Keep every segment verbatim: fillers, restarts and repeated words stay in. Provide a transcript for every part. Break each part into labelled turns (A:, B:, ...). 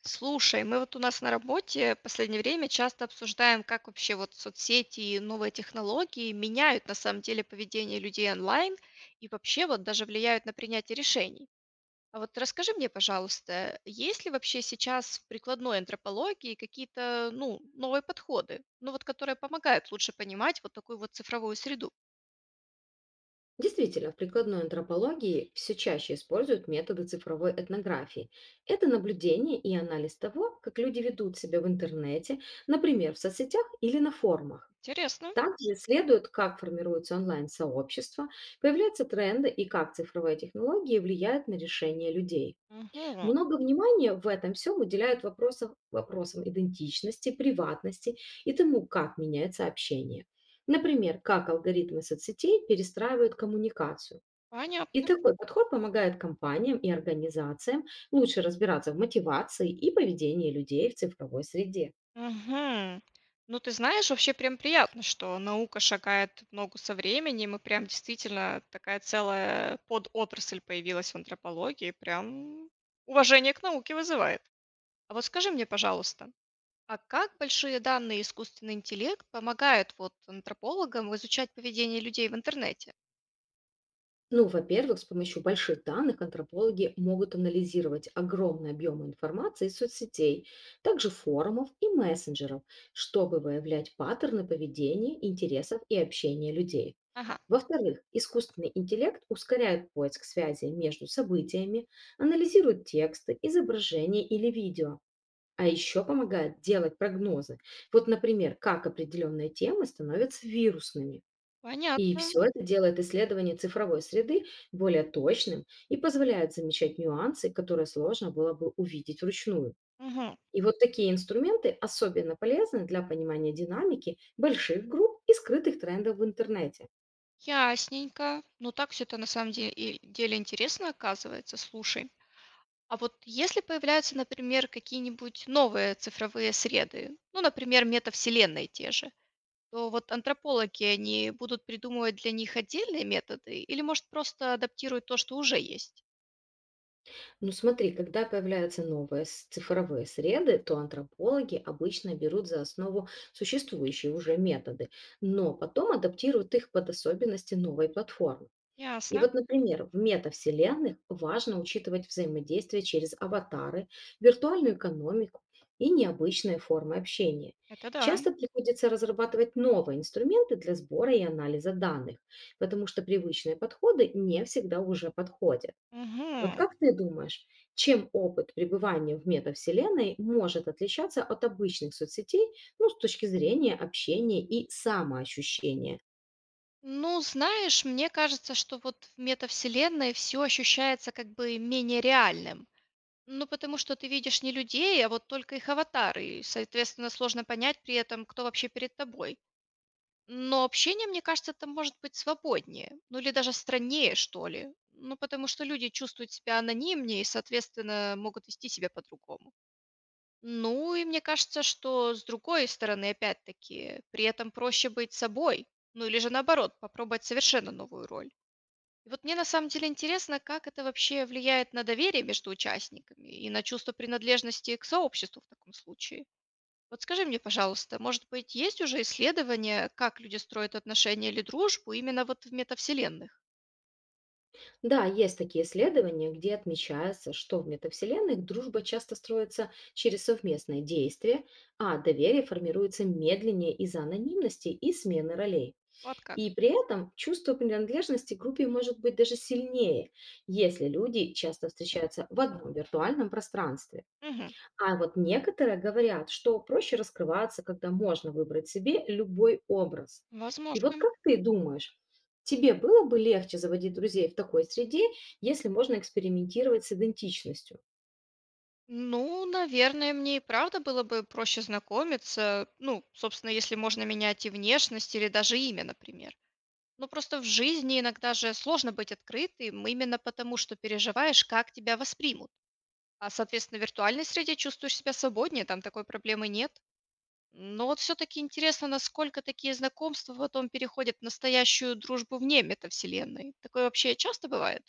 A: Слушай, мы вот у нас на работе в последнее время часто обсуждаем, как вообще вот соцсети и новые технологии меняют на самом деле поведение людей онлайн и вообще вот даже влияют на принятие решений. А вот расскажи мне, пожалуйста, есть ли вообще сейчас в прикладной антропологии какие-то, ну, новые подходы, ну вот которые помогают лучше понимать вот такую вот цифровую среду?
B: Действительно, в прикладной антропологии все чаще используют методы цифровой этнографии. Это наблюдение и анализ того, как люди ведут себя в интернете, например, в соцсетях или на форумах.
A: Интересно.
B: Также исследуют, как формируются онлайн-сообщества, появляются тренды и как цифровые технологии влияют на решения людей.
A: Мгм.
B: Много внимания в этом всем уделяют вопросов, вопросам идентичности, приватности и тому, как меняется общение. Например, как алгоритмы соцсетей перестраивают коммуникацию. И
A: Понятно.
B: такой подход помогает компаниям и организациям лучше разбираться в мотивации и поведении людей в цифровой среде.
A: Мгм. Ну, ты знаешь, вообще прям приятно, что наука шагает в ногу со временем, и прям действительно такая целая подотрасль появилась в антропологии. Прям уважение к науке вызывает. А вот скажи мне, пожалуйста, а как большие данные и искусственный интеллект помогают вот антропологам изучать поведение людей в интернете?
B: Ну, во-первых, с помощью больших данных антропологи могут анализировать огромные объемы информации из соцсетей, также форумов и мессенджеров, чтобы выявлять паттерны поведения, интересов и общения людей.
A: Ага,
B: Во-вторых, искусственный интеллект ускоряет поиск связей между событиями, анализирует тексты, изображения или видео, а еще помогает делать прогнозы. Вот, например, как определенные темы становятся вирусными. И
A: понятно.
B: все это делает исследование цифровой среды более точным и позволяет замечать нюансы, которые сложно было бы увидеть вручную.
A: Мгм.
B: И вот такие инструменты особенно полезны для понимания динамики больших групп и скрытых трендов в интернете.
A: Ясненько. Ну, так все это на самом деле, деле интересно оказывается. Слушай, а вот если появляются, например, какие-нибудь новые цифровые среды, ну, например, метавселенные те же, то вот антропологи, они будут придумывать для них отдельные методы или, может, просто адаптируют то, что уже есть?
B: Ну смотри, когда появляются новые с- цифровые среды, то антропологи обычно берут за основу существующие уже методы, но потом адаптируют их под особенности новой платформы. И
A: Ясно,
B: вот, например, в метавселенных важно учитывать взаимодействие через аватары, виртуальную экономику и необычные формы общения.
A: это да.
B: Часто приходится разрабатывать новые инструменты для сбора и анализа данных, потому что привычные подходы не всегда уже подходят. Вот
A: Мгм.
B: как ты думаешь, чем опыт пребывания в метавселенной может отличаться от обычных соцсетей, ну, с точки зрения общения и самоощущения?
A: Ну, знаешь, мне кажется, что вот в метавселенной все ощущается как бы менее реальным. Ну, потому что ты видишь не людей, а вот только их аватары, и, соответственно, сложно понять при этом, кто вообще перед тобой. Но общение, мне кажется, это может быть свободнее, ну или даже страннее, что ли. Ну, потому что люди чувствуют себя анонимнее и, соответственно, могут вести себя по-другому. Ну и мне кажется, что с другой стороны, опять-таки, при этом проще быть собой, ну или же наоборот, попробовать совершенно новую роль. И вот мне на самом деле интересно, как это вообще влияет на доверие между участниками и на чувство принадлежности к сообществу в таком случае. Вот скажи мне, пожалуйста, может быть, есть уже исследования, как люди строят отношения или дружбу именно вот в метавселенных?
B: Да, есть такие исследования, где отмечается, что в метавселенных дружба часто строится через совместное действие, а доверие формируется медленнее из-за анонимности и смены ролей.
A: Вот как?
B: И при этом чувство принадлежности к группе может быть даже сильнее, если люди часто встречаются в одном виртуальном пространстве.
A: Мгм.
B: А вот некоторые говорят, что проще раскрываться, когда можно выбрать себе любой образ. И вот
A: Возможно.
B: как ты думаешь, тебе было бы легче заводить друзей в такой среде, если можно экспериментировать с идентичностью?
A: Ну, наверное, мне и правда было бы проще знакомиться, ну, собственно, если можно менять и внешность, или даже имя, например. Но просто в жизни иногда же сложно быть открытым, именно потому что переживаешь, как тебя воспримут. А, соответственно, в виртуальной среде чувствуешь себя свободнее, там такой проблемы нет. Но вот все-таки интересно, насколько такие знакомства потом переходят в настоящую дружбу вне метавселенной. Такое вообще часто бывает?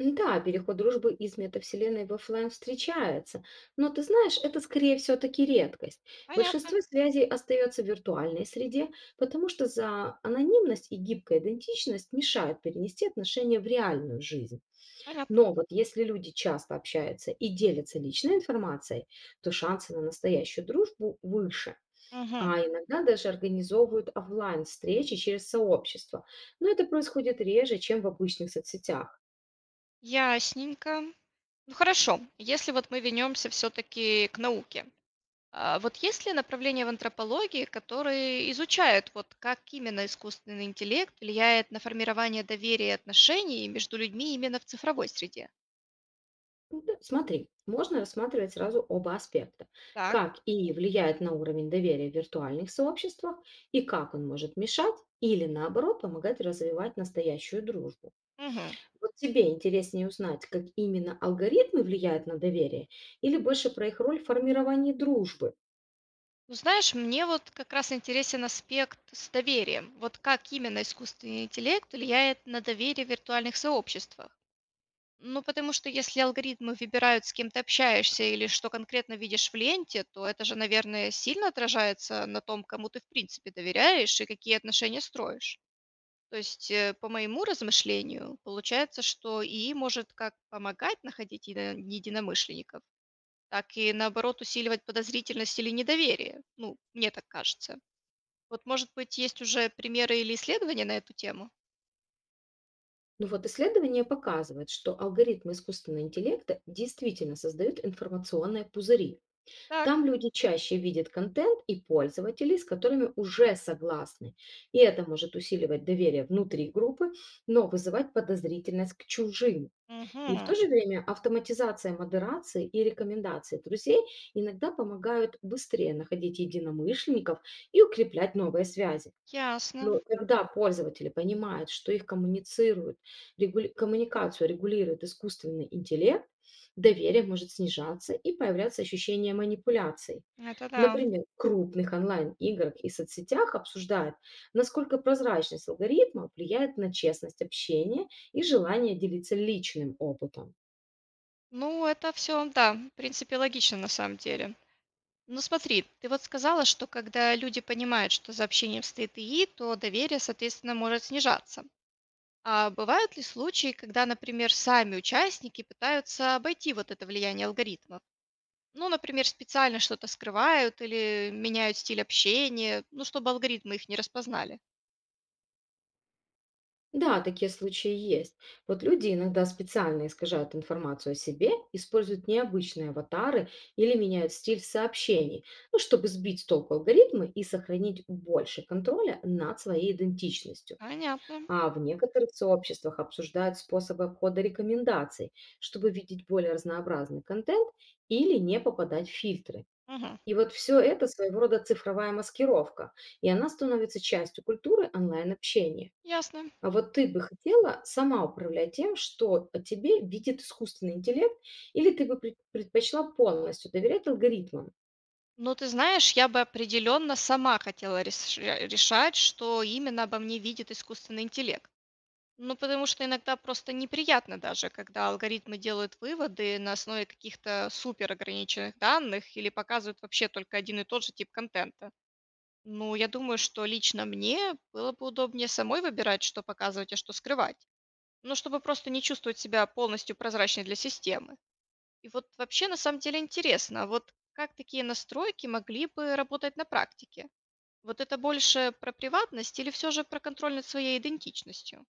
B: М, Да, переход дружбы из метавселенной в оффлайн встречается, но ты знаешь, это скорее все-таки редкость. Большинство
A: Понятно,
B: связей остается в виртуальной среде, потому что за анонимность и гибкая идентичность мешают перенести отношения в реальную жизнь.
A: понятно.
B: Но вот если люди часто общаются и делятся личной информацией, то шансы на настоящую дружбу выше.
A: Мгм.
B: А иногда даже организовывают офлайн встречи через сообщество. Но это происходит реже, чем в обычных соцсетях.
A: Ясненько. Ну хорошо, если вот мы вернемся все-таки к науке. А вот есть ли направления в антропологии, которые изучают, вот как именно искусственный интеллект влияет на формирование доверия и отношений между людьми именно в цифровой среде?
B: Ну да, смотри, можно рассматривать сразу оба аспекта.
A: Так.
B: Как и влияет на уровень доверия в виртуальных сообществах, и как он может мешать или наоборот помогать развивать настоящую дружбу.
A: Мгм.
B: Вот тебе интереснее узнать, как именно алгоритмы влияют на доверие, или больше про их роль в формировании дружбы?
A: Ну, знаешь, мне вот как раз интересен аспект с доверием. Вот как именно искусственный интеллект влияет на доверие в виртуальных сообществах? Ну, потому что если алгоритмы выбирают, с кем ты общаешься или что конкретно видишь в ленте, то это же, наверное, сильно отражается на том, кому ты в принципе доверяешь и какие отношения строишь. То есть, э, по моему размышлению, получается, что ИИ может как помогать находить едино- единомышленников, так и наоборот усиливать подозрительность или недоверие. Ну, мне так кажется. Вот, может быть, есть уже примеры или исследования на эту тему?
B: Ну вот исследование показывает, что алгоритмы искусственного интеллекта действительно создают информационные пузыри.
A: Так.
B: Там люди чаще видят контент и пользователей, с которыми уже согласны. И это может усиливать доверие внутри группы, но вызывать подозрительность к чужим. И в
A: Мгм.
B: то же время автоматизация модерации и рекомендации друзей иногда помогают быстрее находить единомышленников и укреплять новые связи.
A: Ясно.
B: Но когда пользователи понимают, что их коммуницируют, регули- коммуникацию регулирует искусственный интеллект, доверие может снижаться и появляться ощущение манипуляций.
A: Это да.
B: Например, в крупных онлайн-играх и соцсетях обсуждают, насколько прозрачность алгоритма влияет на честность общения и желание делиться личным опытом.
A: Ну, это все, да, в принципе, логично на самом деле. Ну, смотри, ты вот сказала, что когда люди понимают, что за общением стоит ИИ, то доверие, соответственно, может снижаться. А бывают ли случаи, когда, например, сами участники пытаются обойти вот это влияние алгоритмов? Ну, например, специально что-то скрывают или меняют стиль общения, ну, чтобы алгоритмы их не распознали.
B: Да, такие случаи есть. Вот люди иногда специально искажают информацию о себе, используют необычные аватары или меняют стиль сообщений, ну, чтобы сбить с толку алгоритмы и сохранить больше контроля над своей идентичностью.
A: Понятно.
B: А в некоторых сообществах обсуждают способы обхода рекомендаций, чтобы видеть более разнообразный контент или не попадать в фильтры.
A: Мгм.
B: И вот все это своего рода цифровая маскировка, и она становится частью культуры онлайн-общения.
A: Ясно.
B: А вот ты бы хотела сама управлять тем, что о тебе видит искусственный интеллект, или ты бы пред- предпочла полностью доверять алгоритмам?
A: Ну, ты знаешь, я бы определенно сама хотела реш- э, решать, что именно обо мне видит искусственный интеллект. Ну, потому что иногда просто неприятно даже, когда алгоритмы делают выводы на основе каких-то супер ограниченных данных или показывают вообще только один и тот же тип контента. Ну, я думаю, что лично мне было бы удобнее самой выбирать, что показывать, а что скрывать. Ну, чтобы просто не чувствовать себя полностью прозрачной для системы. И вот вообще на самом деле интересно, а вот как такие настройки могли бы работать на практике? Вот это больше про приватность или все же про контроль над своей идентичностью?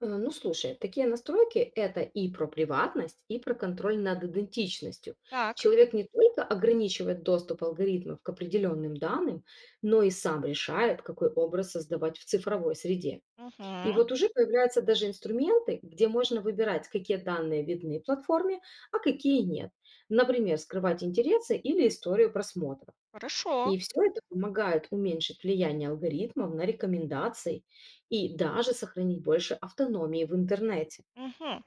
B: Э, Ну, слушай, такие настройки– это и про приватность, и про контроль над идентичностью.
A: Так,
B: Человек не только ограничивает доступ алгоритмов к определенным данным, но и сам решает, какой образ создавать в цифровой среде.
A: мгм,
B: И вот уже появляются даже инструменты, где можно выбирать, какие данные видны платформе, а какие нет. Например, скрывать интересы или историю просмотров.
A: хорошо.
B: И все это помогает уменьшить влияние алгоритмов на рекомендации и даже сохранить больше автономии в интернете.
A: Мгм.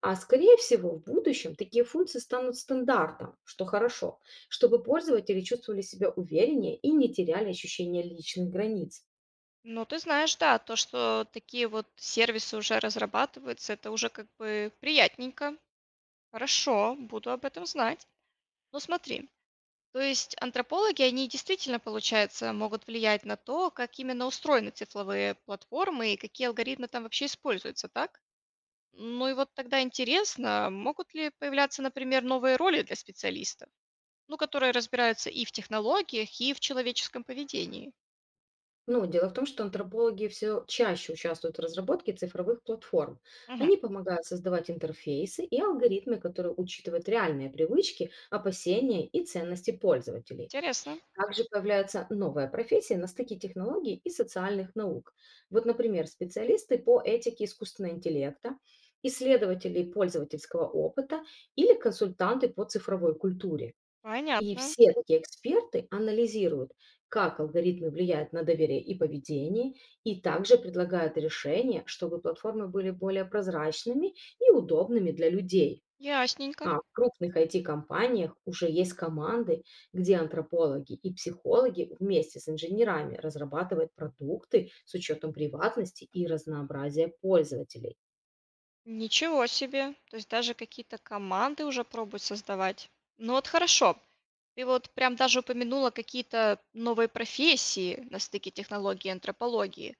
B: А скорее всего, в будущем такие функции станут стандартом, что хорошо, чтобы пользователи чувствовали себя увереннее и не теряли ощущение личных границ.
A: Ну, ты знаешь, да, то, что такие вот сервисы уже разрабатываются, это уже как бы приятненько. Хорошо, буду об этом знать. Но смотри, то есть антропологи, они действительно, получается, могут влиять на то, как именно устроены цифровые платформы и какие алгоритмы там вообще используются, так? Ну и вот тогда интересно, могут ли появляться, например, новые роли для специалистов, ну, которые разбираются и в технологиях, и в человеческом поведении?
B: Ну, дело в том, что антропологи все чаще участвуют в разработке цифровых платформ.
A: Мгм.
B: Они помогают создавать интерфейсы и алгоритмы, которые учитывают реальные привычки, опасения и ценности пользователей.
A: Интересно.
B: Также появляется новая профессия на стыке технологий и социальных наук. Вот, например, специалисты по этике искусственного интеллекта, исследователи пользовательского опыта или консультанты по цифровой культуре. И
A: Понятно.
B: все такие эксперты анализируют, как алгоритмы влияют на доверие и поведение, и также предлагают решения, чтобы платформы были более прозрачными и удобными для людей.
A: Ясненько.
B: А в крупных I T-компаниях уже есть команды, где антропологи и психологи вместе с инженерами разрабатывают продукты с учетом приватности и разнообразия пользователей.
A: Ничего себе! То есть даже какие-то команды уже пробуют создавать. Ну вот хорошо. Ты вот прям даже упомянула какие-то новые профессии на стыке технологии и антропологии.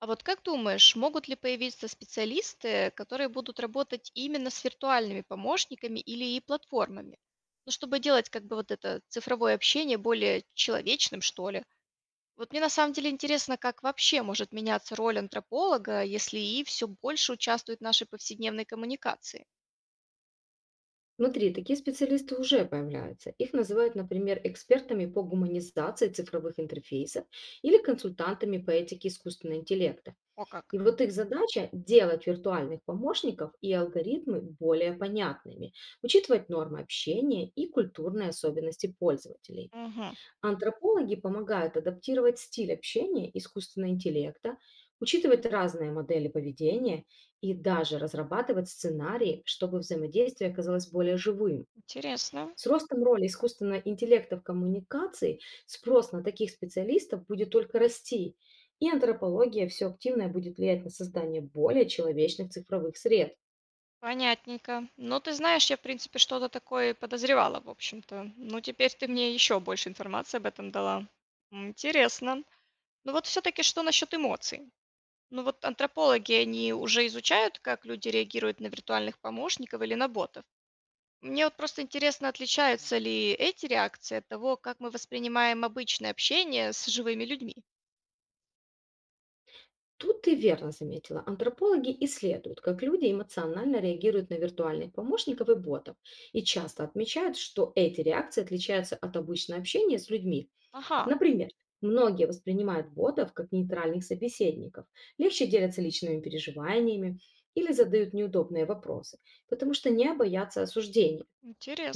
A: А вот как думаешь, могут ли появиться специалисты, которые будут работать именно с виртуальными помощниками или и платформами? Ну, чтобы делать как бы вот это цифровое общение более человечным, что ли? Вот мне на самом деле интересно, как вообще может меняться роль антрополога, если и все больше участвует в нашей повседневной коммуникации.
B: Внутри такие специалисты уже появляются. Их называют, например, экспертами по гуманизации цифровых интерфейсов или консультантами по этике искусственного интеллекта.
A: О
B: И
A: как.
B: вот их задача– делать виртуальных помощников и алгоритмы более понятными, учитывать нормы общения и культурные особенности пользователей.
A: Угу.
B: Антропологи помогают адаптировать стиль общения искусственного интеллекта, учитывать разные модели поведения и даже разрабатывать сценарии, чтобы взаимодействие оказалось более живым.
A: Интересно.
B: С ростом роли искусственного интеллекта в коммуникации спрос на таких специалистов будет только расти, и антропология все активное будет влиять на создание более человечных цифровых сред.
A: Понятненько. Ну, ты знаешь, я, в принципе, что-то такое и подозревала, в общем-то. Ну, теперь ты мне еще больше информации об этом дала. М, Интересно. Ну вот все-таки что насчет эмоций? Ну вот антропологи, они уже изучают, как люди реагируют на виртуальных помощников или на ботов. Мне вот просто интересно, отличаются ли эти реакции от того, как мы воспринимаем обычное общение с живыми людьми?
B: Тут ты верно заметила, антропологи исследуют, как люди эмоционально реагируют на виртуальных помощников и ботов, и часто отмечают, что эти реакции отличаются от обычного общения с людьми.
A: Ага,
B: Например, многие воспринимают ботов как нейтральных собеседников, легче делятся личными переживаниями или задают неудобные вопросы, потому что не боятся осуждения.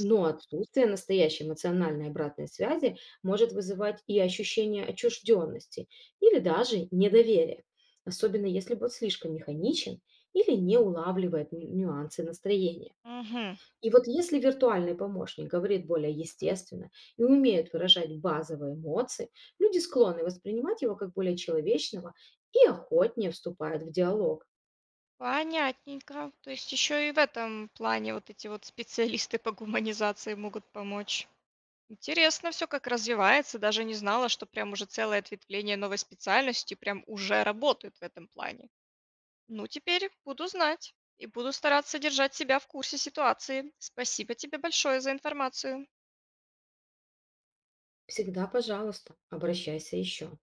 B: Но отсутствие настоящей эмоциональной обратной связи может вызывать и ощущение отчужденности или даже недоверия, особенно если бот слишком механичен или не улавливает ню- нюансы настроения.
A: Мгм.
B: И вот если виртуальный помощник говорит более естественно и умеет выражать базовые эмоции, люди склонны воспринимать его как более человечного и охотнее вступают в диалог.
A: Понятненько. То есть еще и в этом плане вот эти вот специалисты по гуманизации могут помочь. Интересно все, как развивается. Даже не знала, что прям уже целое ответвление новой специальности прям уже работает в этом плане. Ну, теперь буду знать и буду стараться держать себя в курсе ситуации. Спасибо тебе большое за информацию.
B: Всегда, пожалуйста, обращайся еще.